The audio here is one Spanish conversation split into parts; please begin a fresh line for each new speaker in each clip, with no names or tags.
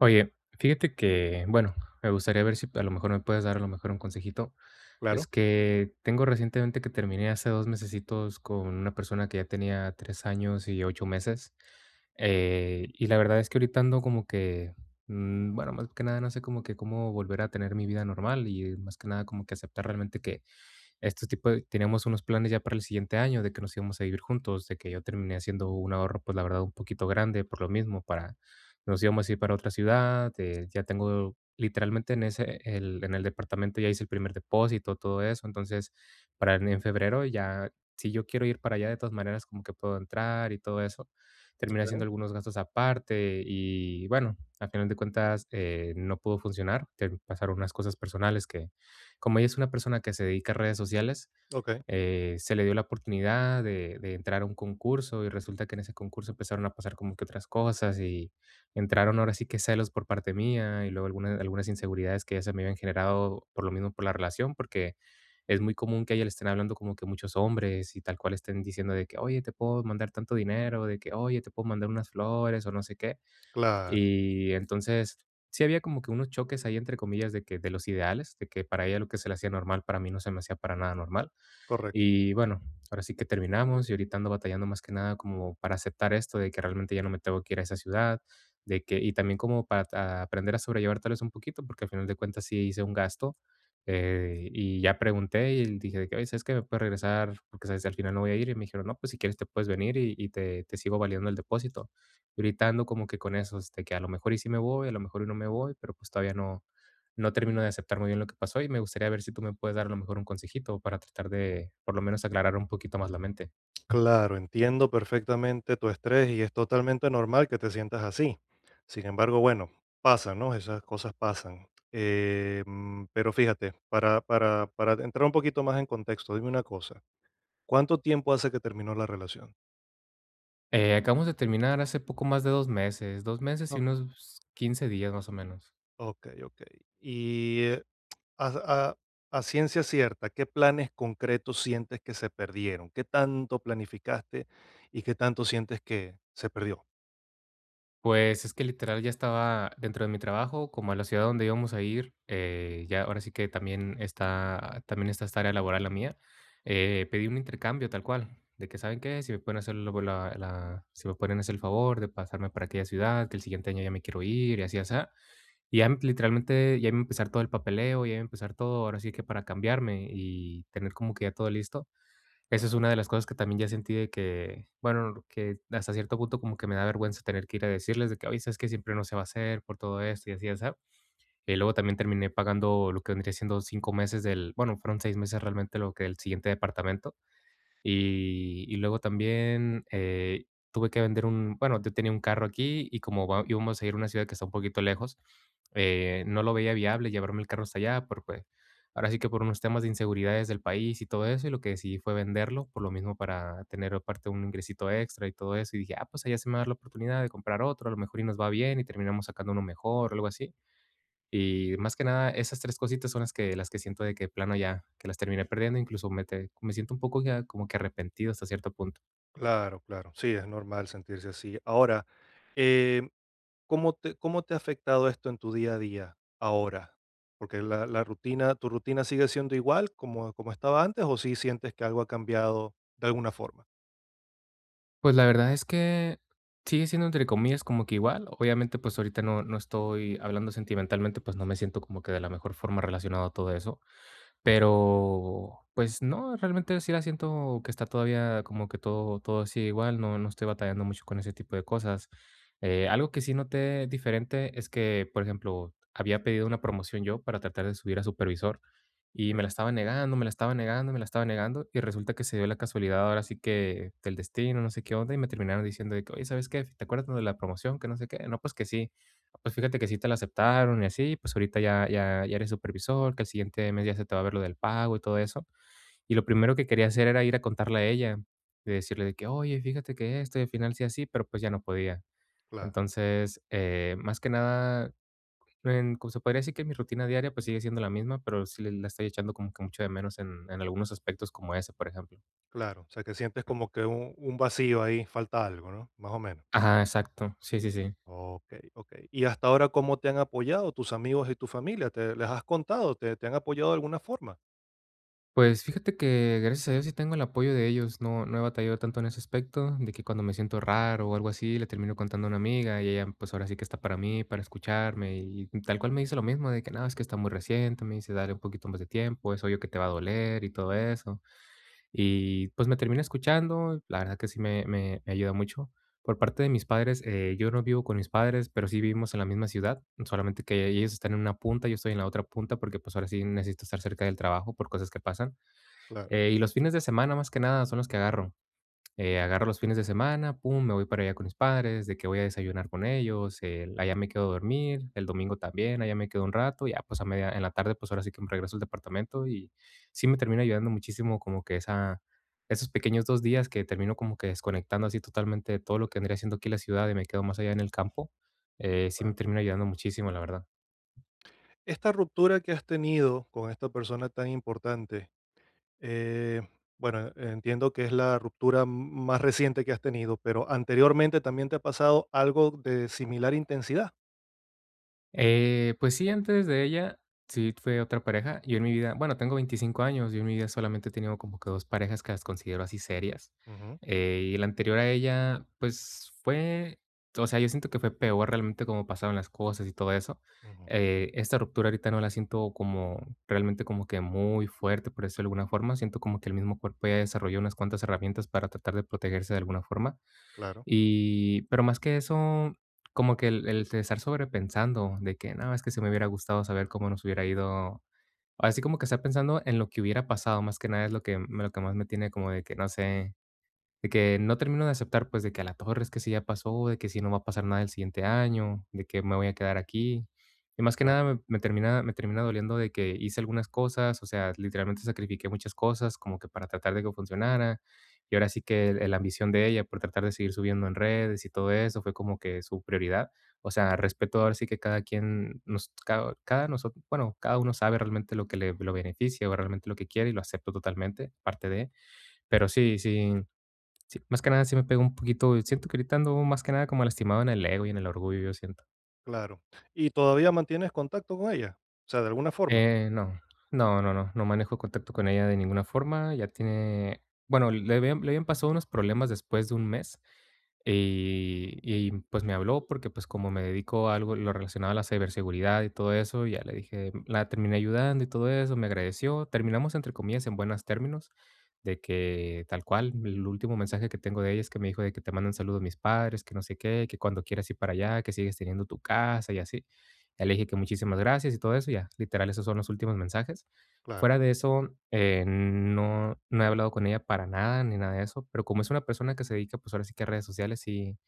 Oye, fíjate que, bueno, me gustaría ver si a lo mejor me puedes dar a lo mejor un consejito. Es
Claro,
que tengo recientemente que terminé hace 2 mesecitos con una persona que ya tenía 3 años y 8 meses. Y la verdad es que ahorita ando como que, bueno, más que nada no sé como que cómo volver a tener mi vida normal y más que nada como que aceptar realmente que estos tipo de teníamos unos planes ya para el siguiente año de que nos íbamos a vivir juntos, de que yo terminé haciendo un ahorro, pues, la verdad, un poquito grande por lo mismo, para nos íbamos a ir para otra ciudad, ya tengo literalmente en el departamento ya hice el primer depósito, todo eso. Entonces, para en febrero ya, si yo quiero ir para allá, de todas maneras, como que puedo entrar y todo eso. Terminé haciendo algunos gastos aparte y, bueno, al final de cuentas, no pudo funcionar, te pasaron unas cosas personales que como ella es una persona que se dedica a redes sociales,
okey,
se le dio la oportunidad de entrar a un concurso y resulta que en ese concurso empezaron a pasar como que otras cosas y entraron ahora sí que celos por parte mía y luego algunas inseguridades que ya se me habían generado por lo mismo por la relación, porque es muy común que a ella le estén hablando como que muchos hombres y tal cual estén diciendo de que, oye, te puedo mandar tanto dinero, de que, oye, te puedo mandar unas flores o no sé qué.
claro,
Y entonces, sí había como que unos choques ahí, entre comillas, de que de los ideales, de que para ella lo que se le hacía normal, para mí no se me hacía para nada normal.
correcto.
Y bueno, ahora sí que terminamos y ahorita ando batallando más que nada como para aceptar esto de que realmente ya no me tengo que ir a esa ciudad, de que, y también como para aprender a sobrellevar tal vez un poquito, porque al final de cuentas sí hice un gasto. Y ya pregunté y dije de que, oye, ¿sabes que me puedes regresar? Porque sabes, al final no voy a ir. Y me dijeron, no, pues si quieres te puedes venir y te sigo validando el depósito. Y ahorita ando como que con eso, que a lo mejor y sí me voy, a lo mejor y no me voy, pero pues todavía no, no termino de aceptar muy bien lo que pasó y me gustaría ver si tú me puedes dar a lo mejor un consejito para tratar de por lo menos aclarar un poquito más la mente.
Claro, entiendo perfectamente tu estrés y es totalmente normal que te sientas así. Sin embargo, bueno, pasan, ¿no? Esas cosas pasan. Pero fíjate, para entrar un poquito más en contexto, dime una cosa, ¿cuánto tiempo hace que terminó la relación?
Acabamos de terminar hace poco más de 2 meses, 2 meses y
Okey,
unos 15 días más o menos.
okey, okey. Y, a a a ciencia cierta, ¿qué planes concretos sientes que se perdieron? ¿Qué tanto planificaste y qué tanto sientes que se perdió?
Pues es que literal ya estaba dentro de mi trabajo, como a la ciudad donde íbamos a ir, ya ahora sí que también está esta área laboral la mía. Pedí un intercambio tal cual, de que saben qué, si me pueden hacer si me pueden hacer el favor de pasarme para aquella ciudad, que el siguiente año ya me quiero ir y así, así. Y ya literalmente ya iba a empezar todo el papeleo, ya iba a empezar todo, ahora sí que para cambiarme y tener como que ya todo listo. Eso es una de las cosas que también ya sentí de que, bueno, que hasta cierto punto como que me da vergüenza tener que ir a decirles de que: "Oye, ¿sabes que siempre no se va a hacer por todo esto y así y asá". Y luego también terminé pagando lo que vendría siendo 5 meses del bueno, fueron 6 meses realmente lo que del siguiente departamento. Y luego también tuve que vender un, bueno, yo tenía un carro aquí y como íbamos a ir a una ciudad que está un poquito lejos, no lo veía viable llevarme el carro hasta allá, por, pues, ahora sí que por unos temas de inseguridades del país y todo eso, y lo que decidí fue venderlo, por lo mismo para tener aparte un ingresito extra y todo eso, y dije, ah, pues allá se me va a dar la oportunidad de comprar otro, a lo mejor y nos va bien y terminamos sacando uno mejor, algo así. Y más que nada, esas 3 cositas son las que siento de que de plano ya, que las terminé perdiendo, incluso me siento un poco ya como que arrepentido hasta cierto punto.
Claro, claro. Sí, es normal sentirse así. Ahora, em, cómo te ha afectado esto en tu día a día ahora? Porque la rutina, ¿tu rutina sigue siendo igual como, como estaba antes o sí sientes que algo ha cambiado de alguna forma?
Pues, la verdad es que sigue siendo entre comillas como que igual. Obviamente, pues, ahorita no estoy hablando sentimentalmente, pues, no me siento como que de la mejor forma relacionado a todo eso. Pero, pues no, realmente sí la siento que está todavía como que todo sigue igual, no estoy batallando mucho con ese tipo de cosas. Algo que sí noté diferente es que, por ejemplo, había pedido una promoción yo para tratar de subir a supervisor y me la estaba negando, me la estaba negando, me la estaba negando, y resulta que se dio la casualidad ahora sí que del destino, no sé qué onda, y me terminaron diciendo de que: "Oye, ¿sabes qué? ¿Te acuerdas de la promoción? Que no sé qué". No, pues que sí. Pues fíjate que sí te la aceptaron y así, pues ahorita ya ya ya eres supervisor, que el siguiente mes ya se te va a ver lo del pago y todo eso. Y lo primero que quería hacer era ir a contarle a ella, de decirle de que: "Oye, fíjate que esto, y al final sí así", pero pues ya no podía.
Claro,
Entonces, más que nada, en como se podría decir que mi rutina diaria, pues sigue siendo la misma, pero sí le la estoy echando como que mucho de menos en algunos aspectos como ese, por ejemplo.
claro. O sea, que sientes como que un vacío ahí, falta algo, ¿no? Más o menos.
Ajá, exacto. Sí, sí, sí.
Ok, ok. ¿Y hasta ahora cómo te han apoyado tus amigos y tu familia? ¿Te les has contado? ¿Te, te han apoyado de alguna forma?
Pues fíjate que gracias a Dios sí tengo el apoyo de ellos, no, no he batallado tanto en ese aspecto, de que cuando me siento raro o algo así, le termino contando a una amiga y ella pues ahora sí que está para mí, para escucharme y tal cual me dice lo mismo, de que no, es que está muy reciente, me dice dale un poquito más de tiempo, es obvio que te va a doler y todo eso. Y pues me termina escuchando, la verdad que sí me ayuda mucho. Por parte de mis padres, yo no vivo con mis padres, pero sí vivimos en la misma ciudad, solamente que ellos están en una punta, yo estoy en la otra punta porque pues ahora sí necesito estar cerca del trabajo por cosas que pasan.
Claro.
Y los fines de semana, más que nada, son los que agarro. Agarro los fines de semana, pum, me voy para allá con mis padres, de que voy a desayunar con ellos, allá me quedo a dormir, el domingo también, allá me quedo un rato, ya pues a media, en la tarde, pues ahora sí que me regreso al departamento y sí me termina ayudando muchísimo como que esa, esos pequeños 2 días que termino como que desconectando así totalmente de todo lo que andría haciendo aquí en la ciudad y me quedo más allá en el campo, sí me termina ayudando muchísimo, la verdad.
Esta ruptura que has tenido con esta persona tan importante, eh, bueno, entiendo que es la más reciente que has tenido, pero anteriormente también te ha pasado algo de similar intensidad.
Pues sí, antes de ella, sí fue otra pareja. Yo en mi vida, bueno, tengo 25 años, yo en mi vida solamente he tenido como que dos parejas que las considero así serias.
Ujú,
Y la anterior a ella, pues fue, o sea, yo siento que fue peor realmente como pasaron las cosas y todo eso.
ujú,
Esta ruptura ahorita no la siento como realmente como que muy fuerte, por eso de alguna forma. Siento como que el mismo cuerpo ya desarrolló unas cuantas herramientas para tratar de protegerse de alguna forma.
claro,
Y, pero más que eso, como que el de estar sobrepensando de que: nada es que se me hubiera gustado saber cómo nos hubiera ido". Así como que estar pensando en lo que hubiera pasado, más que nada es lo que lo que más me tiene como de que, no sé de que no termino de aceptar, pues, de que a la torre es que si ya pasó, de que si no va a pasar nada el siguiente año, de que me voy a quedar aquí. Y más que
claro,
nada me termina me termina doliendo de que hice algunas cosas, o sea, literalmente sacrifiqué muchas cosas como que para tratar de que funcionara. Y ahora sí que el la ambición de ella por tratar de seguir subiendo en redes y todo eso fue como que su prioridad. O sea, respeto ahora sí que cada quien nos cada nosotros bueno, cada uno sabe realmente lo que le lo beneficia o realmente lo que quiere y lo acepto totalmente, parte de. Pero sí, sí, sí, más que nada sí me pegó un poquito, siento que ahorita ando más que nada como lastimado en el ego y en el orgullo, yo siento.
claro. ¿Y todavía mantienes contacto con ella? O sea, de alguna forma.
No, no, no, no, no manejo contacto con ella de ninguna forma. Ya tiene, bueno, le habían pasado unos problemas después de un mes pues me habló porque pues como me dedico a algo lo relacionado a la ciberseguridad y todo eso, ya le dije, la terminé ayudando y todo eso, me agradeció. Terminamos entre comillas en buenos términos de que tal cual, el último mensaje que tengo de ella es que me dijo de que te mandan saludos mis padres, que no sé qué, que cuando quieras ir para allá, que sigues teniendo tu casa y así. Ya le dije que muchísimas gracias y todo eso, ya, literal, esos son los últimos mensajes.
Claro,
Fuera de eso, no, no he hablado con ella para nada ni nada de eso, pero como es una persona que se dedica, pues ahora sí que a redes sociales y,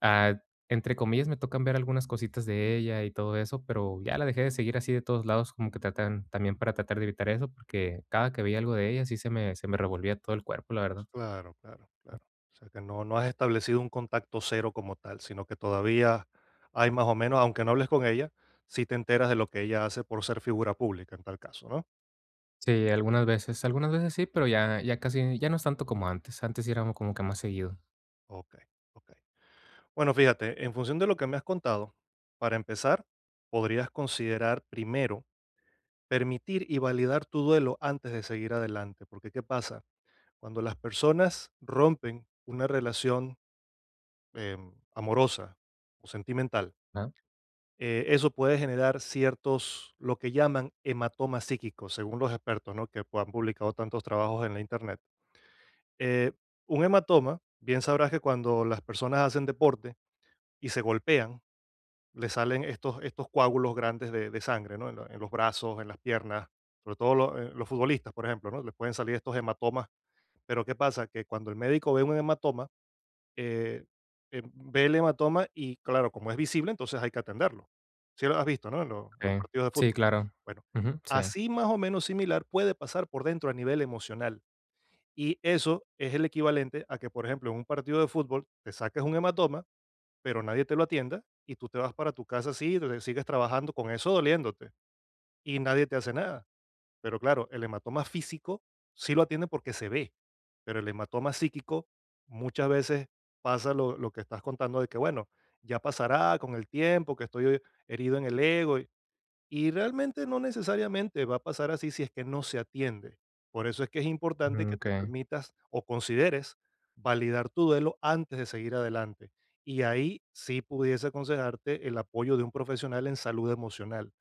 ah, entre comillas, me tocan ver algunas cositas de ella y todo eso, pero ya la dejé de seguir así de todos lados, como que tratan también para tratar de evitar eso, porque cada que veía algo de ella, sí se me revolvía todo el cuerpo, la verdad.
claro, claro, claro. O sea, que no, no has establecido un contacto cero como tal, sino que todavía hay más o menos, aunque no hables con ella, si te enteras de lo que ella hace por ser figura pública en tal caso, ¿no?
Sí, algunas veces sí, pero ya, ya casi, ya no es tanto como antes. Antes sí éramos como que más seguido.
Ok, ok. Bueno, fíjate, en función de lo que me has contado, para empezar, podrías considerar primero permitir y validar tu duelo antes de seguir adelante, porque ¿qué pasa? Cuando las personas rompen una relación amorosa o sentimental,
¿No?
eso puede generar ciertos, lo que llaman hematomas psíquicos, según los expertos, ¿no? Que pues, han publicado tantos trabajos en la internet. Eh, un hematoma, bien sabrás que cuando las personas hacen deporte y se golpean, le salen estos, estos coágulos grandes de sangre, ¿no? En, en los brazos, en las piernas, sobre todo los futbolistas, por ejemplo, ¿no? Les pueden salir estos hematomas. Pero ¿qué pasa? Que cuando el médico ve un hematoma, eh, ve el hematoma y, claro, como es visible, entonces hay que atenderlo. Sí lo has visto, ¿no? En, en
Sí,
los partidos de
sí,
fútbol.
claro.
Bueno,
Ujú, sí.
así más o menos similar puede pasar por dentro a nivel emocional. Y eso es el equivalente a que, por ejemplo, en un partido de fútbol te saques un hematoma pero nadie te lo atienda y tú te vas para tu casa así, te sigues trabajando con eso doliéndote y nadie te hace nada. Pero claro, el hematoma físico sí lo atiende porque se ve, pero el hematoma psíquico muchas veces pasa lo que estás contando de que, bueno, ya pasará con el tiempo, que estoy herido en el ego. Y realmente no necesariamente va a pasar así si es que no se atiende. Por eso es que es importante
Mm,
que te
okey.
permitas o consideres validar tu duelo antes de seguir adelante. Y ahí sí pudiese aconsejarte el apoyo de un profesional en salud emocional,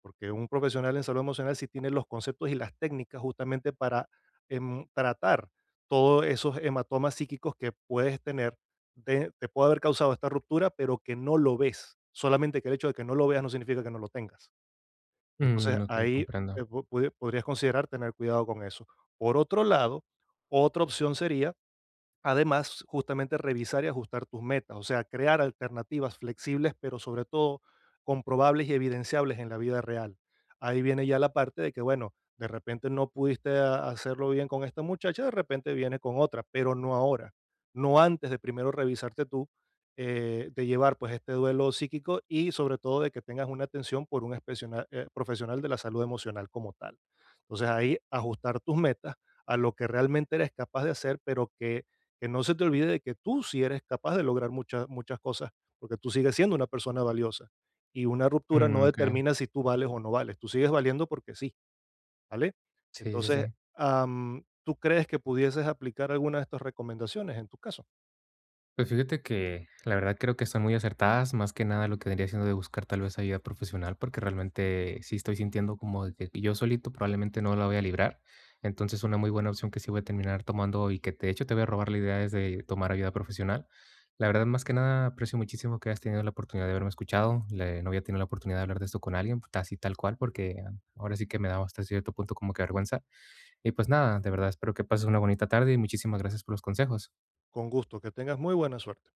porque un profesional en salud emocional sí tiene los conceptos y las técnicas justamente para tratar todos esos hematomas psíquicos que puedes tener, te puede haber causado esta ruptura, pero que no lo ves. Solamente que el hecho de que no lo veas no significa que no lo tengas. Entonces
Mm, okey,
ahí,
comprendo.
po pode podrías considerar tener cuidado con eso. Por otro lado, otra opción sería. Además, justamente revisar y ajustar tus metas, o sea, crear alternativas flexibles, pero sobre todo comprobables y evidenciables en la vida real. Ahí viene ya la parte de que, bueno, de repente no pudiste hacerlo bien con esta muchacha, de repente viene con otra, pero no ahora, no antes de primero revisarte tú, de llevar pues este duelo psíquico y sobre todo de que tengas una atención por un profesional de la salud emocional como tal. Entonces ahí ajustar tus metas a lo que realmente eres capaz de hacer, pero que no se te olvide de que tú sí eres capaz de lograr muchas muchas cosas, porque tú sigues siendo una persona valiosa. Y una ruptura no
Mm, okey.
determina si tú vales o no vales, tú sigues valiendo porque sí, ¿vale?
Sí, sí,
Entonces,
sí.
¿tú crees que pudieses aplicar alguna de estas recomendaciones en tu caso?
Pues fíjate que la verdad creo que son muy acertadas, más que nada lo que vendría siendo de buscar tal vez ayuda profesional, porque realmente sí estoy sintiendo como de que yo solito probablemente no la voy a librar. Entonces una muy buena opción que sí voy a terminar tomando y que de hecho te voy a robar la idea es de tomar ayuda profesional. La verdad más que nada aprecio muchísimo que hayas tenido la oportunidad de haberme escuchado. No había tenido la oportunidad de hablar de esto con alguien, pues, así tal cual, porque ah, ahora sí que me daba hasta cierto punto como que vergüenza. Y pues nada, de verdad espero que pases una bonita tarde y muchísimas gracias por los consejos.
Con gusto, que tengas muy buena suerte.